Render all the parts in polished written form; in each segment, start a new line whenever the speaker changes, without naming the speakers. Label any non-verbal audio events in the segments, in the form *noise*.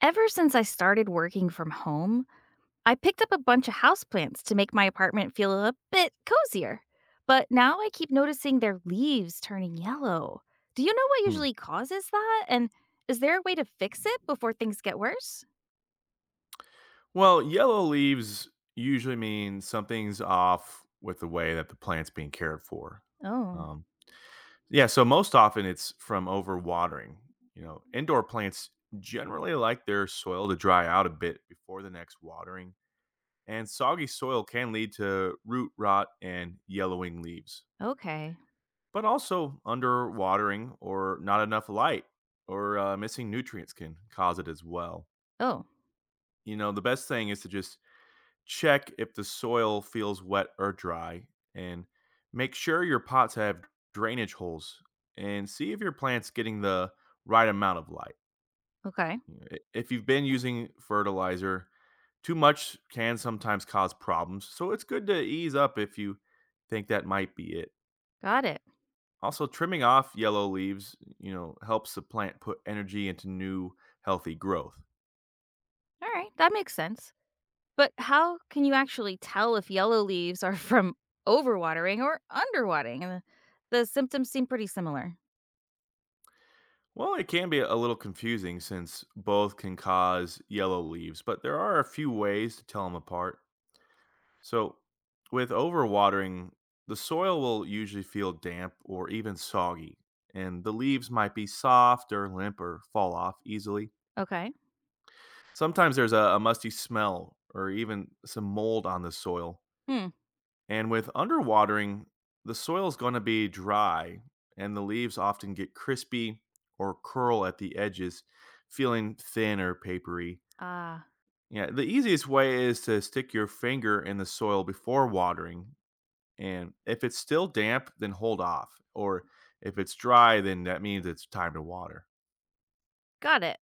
Ever since I started working from home, I picked up a bunch of houseplants to make my apartment feel a bit cozier. But now I keep noticing their leaves turning yellow. Do you know what
Hmm.
usually causes that? And is there a way to fix it before things get worse?
Well, yellow leaves usually mean something's off with the way that the plant's being cared for.
Oh,
Um, yeah, so most often it's from overwatering. You know, indoor plants generally like their soil to dry out a bit before the next watering, and soggy soil can lead to root rot and yellowing leaves.
okay.
But also, underwatering or not enough light or missing nutrients can cause it as well.
Oh,
You know, the best thing is to just check if the soil feels wet or dry and make sure your pots have drainage holes and see if your plant's getting the right amount of light.
okay.
You know, if you've been using fertilizer, too much can sometimes cause problems, so it's good to ease up if you think that might be it.
Got it.
Also, trimming off yellow leaves, you know, helps the plant put energy into new healthy growth.
All right, that makes sense. But how can you actually tell if yellow leaves are *laughs* from overwatering or underwatering? And the symptoms seem pretty similar.
Well, it can be a little confusing since both can cause yellow leaves, but there are a few ways to tell them apart. So, with overwatering, the soil will usually feel damp or even soggy, and the leaves might be soft or limp or fall off easily.
Okay.
Sometimes there's a musty smell or even some mold on the soil.
Hmm.
And with underwatering, the soil is going to be dry and the leaves often get crispy or curl at the edges, feeling thin or papery.
Ah.
Yeah, the easiest way is to stick your finger in the soil before watering. And if it's still damp, then hold off. Or if it's dry, then that means it's time to water.
Got it.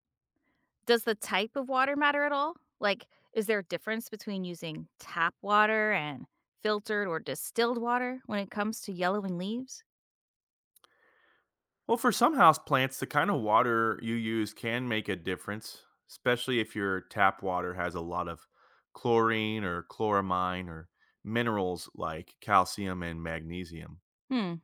Does the type of water matter at all? Like, is there a difference between using tap water and filtered or distilled water when it comes to yellowing leaves?
Well, for some house plants, the kind of water you use can make a difference, especially if your tap water has a lot of chlorine or chloramine or minerals like calcium and magnesium.
Hmm,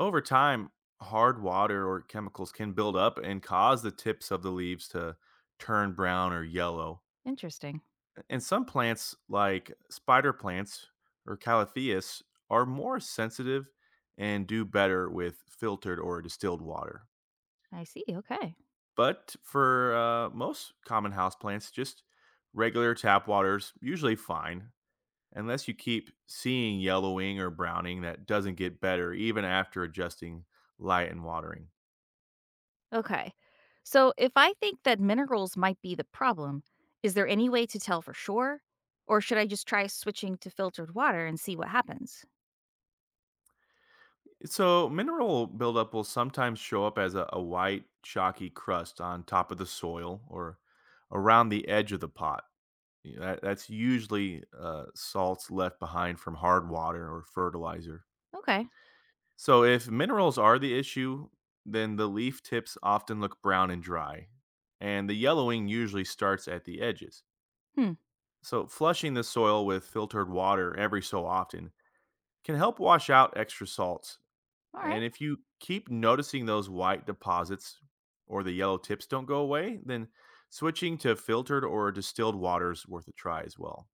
Over time, hard water or chemicals can build up and cause the tips of the leaves to turn brown or yellow.
interesting.
And some plants, like spider plants or calatheas, are more sensitive and do better with filtered or distilled water.
I see. Okay.
But for most common houseplants, just regular tap water's usually fine, unless you keep seeing yellowing or browning that doesn't get better even after adjusting light and watering.
Okay. So, if I think that minerals might be the problem, is there any way to tell for sure? Or should I just try switching to filtered water and see what happens?
So, mineral buildup will sometimes show up as a white, chalky crust on top of the soil or around the edge of the pot. You know, that's usually salts left behind from hard water or fertilizer.
Okay.
So if minerals are the issue, then the leaf tips often look brown and dry, and the yellowing usually starts at the edges.
Hmm.
So flushing the soil with filtered water every so often can help wash out extra salts.
All
And
right.
if you keep noticing those white deposits or the yellow tips don't go away, then switching to filtered or distilled water is worth a try as well.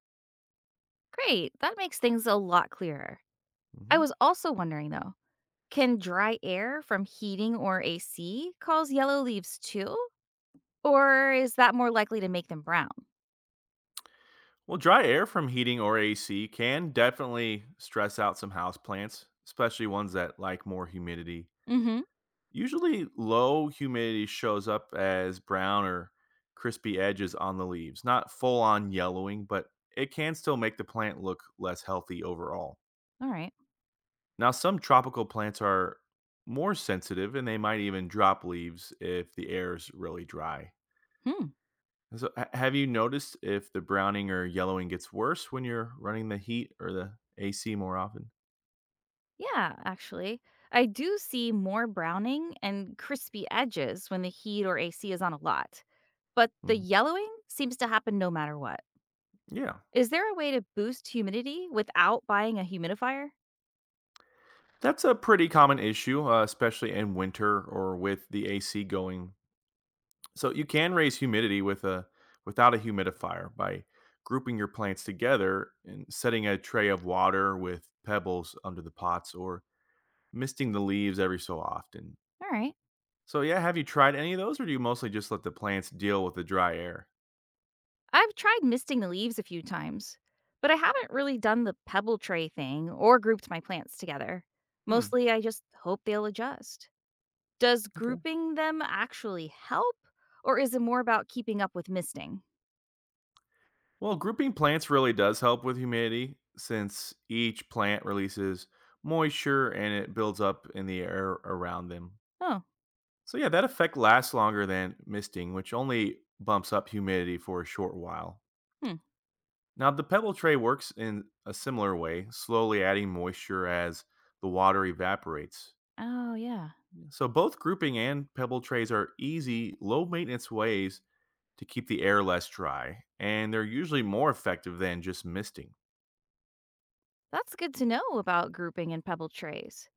Great. That makes things a lot clearer. I
Mhm.
was also wondering though, can dry air from heating or AC cause yellow leaves too? Or is that more likely to make them brown?
Well, dry air from heating or AC can definitely stress out some houseplants, especially ones that like more humidity.
Mm-hmm.
Usually, low humidity shows up as brown or crispy edges on the leaves, not full on yellowing, but it can still make the plant look less healthy overall.
All right.
Now, some tropical plants are more sensitive and they might even drop leaves if the air is really dry.
Hmm.
So, have you noticed if the browning or yellowing gets worse when you're running the heat or the AC more often?
Yeah, actually. I do see more browning and crispy edges when the heat or AC is on a lot, but the
Mhm.
yellowing seems to happen no matter what.
Yeah,
Is there a way to boost humidity without buying a humidifier?
that's a pretty common issue, especially in winter or with the AC going. So you can raise humidity with a without a humidifier by grouping your plants together and setting a tray of water with pebbles under the pots or misting the leaves every so often.
All right.
So yeah, have you tried any of those, or do you mostly just let the plants deal with the dry air?
I've tried misting the leaves a few times, but I haven't really done the pebble tray thing or grouped my plants together.
Hmm.
Mostly, I just hope they'll adjust. Does
Okay.
grouping them actually help, or is it more about keeping up with misting?
Well, grouping plants really does help with humidity since each plant releases moisture and it builds up in the air around them.
Oh,
So, yeah, that effect lasts longer than misting, which only bumps up humidity for a short while.
hmm.
Now, the pebble tray works in a similar way, slowly adding moisture as the water evaporates.
Oh, yeah.
So, both grouping and pebble trays are easy, low maintenance ways to keep the air less dry, and they're usually more effective than just misting.
That's good to know about grouping and pebble trays.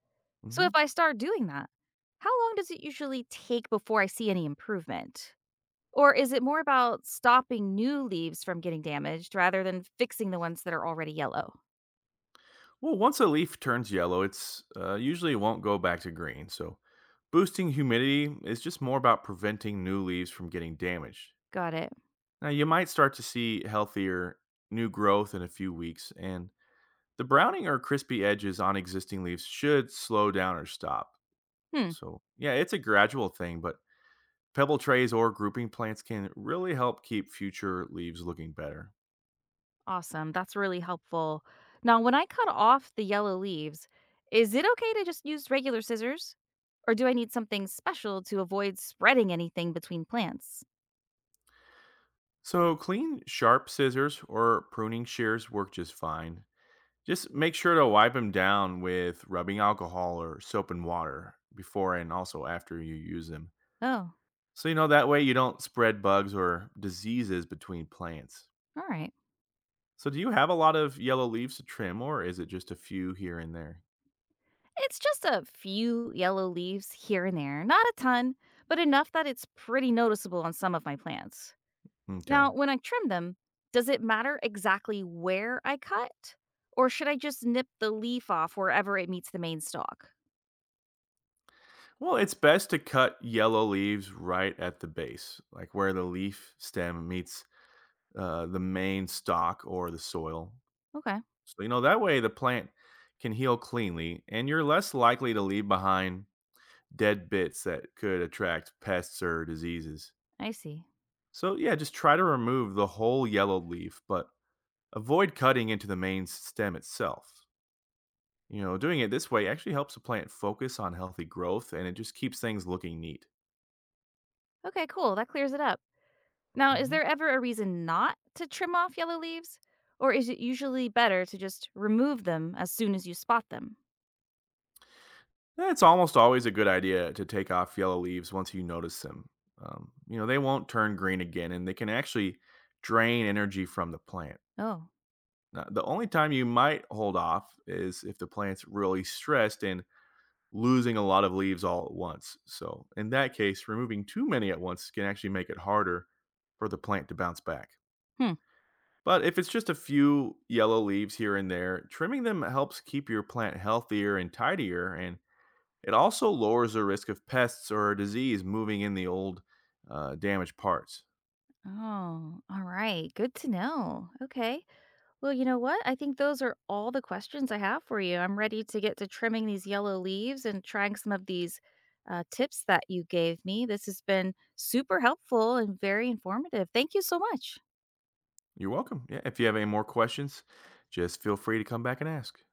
So,
Mhm.
if I start doing that, how long does it usually take before I see any improvement? Or is it more about stopping new leaves from getting damaged rather than fixing the ones that are already yellow?
Well, once a leaf turns yellow, it's usually won't go back to green. So, boosting humidity is just more about preventing new leaves from getting damaged.
Got it.
Now, you might start to see healthier new growth in a few weeks, and the browning or crispy edges on existing leaves should slow down or stop.
Hmm,
So, yeah, it's a gradual thing, but pebble trays or grouping plants can really help keep future leaves looking better.
awesome. That's really helpful. Now, when I cut off the yellow leaves, is it okay to just use regular scissors? Or do I need something special to avoid spreading anything between plants?
So, clean, sharp scissors or pruning shears work just fine. Just make sure to wipe them down with rubbing alcohol or soap and water before and also after you use them.
Oh,
So, you know, that way you don't spread bugs or diseases between plants.
all right.
So, do you have a lot of yellow leaves to trim or is it just a few here and there?
It's just a few yellow leaves here and there, not a ton, but enough that it's pretty noticeable on some of my plants.
Okay.
Now, when I trim them, does it matter exactly where I cut? Or should I just nip the leaf off wherever it meets the main stalk?
Well, it's best to cut yellow leaves right at the base, like where the leaf stem meets the main stalk or the soil.
Okay,
So, you know, that way the plant can heal cleanly and you're less likely to leave behind dead bits that could attract pests or diseases.
I see.
So, yeah, just try to remove the whole yellow leaf, but avoid cutting into the main stem itself. You know, doing it this way actually helps the plant focus on healthy growth and it just keeps things looking neat.
Okay, cool. That clears it up. Now, is
Hmm.
there ever a reason not to trim off yellow leaves? Or is it usually better to just remove them as soon as you spot them?
It's almost always a good idea to take off yellow leaves once you notice them. You know, they won't turn green again and they can actually drain energy from the plant.
Oh,
Now, the only time you might hold off is if the plant's really stressed and losing a lot of leaves all at once. So, in that case, removing too many at once can actually make it harder for the plant to bounce back.
hmm.
But if it's just a few yellow leaves here and there, trimming them helps keep your plant healthier and tidier, and it also lowers the risk of pests or disease moving in the old damaged parts.
Oh, all right. Good to know. Okay. Well, you know what? I think those are all the questions I have for you. I'm ready to get to trimming these yellow leaves and trying some of these tips that you gave me. This has been super helpful and very informative. Thank you so much.
You're welcome. Yeah, if you have any more questions, just feel free to come back and ask.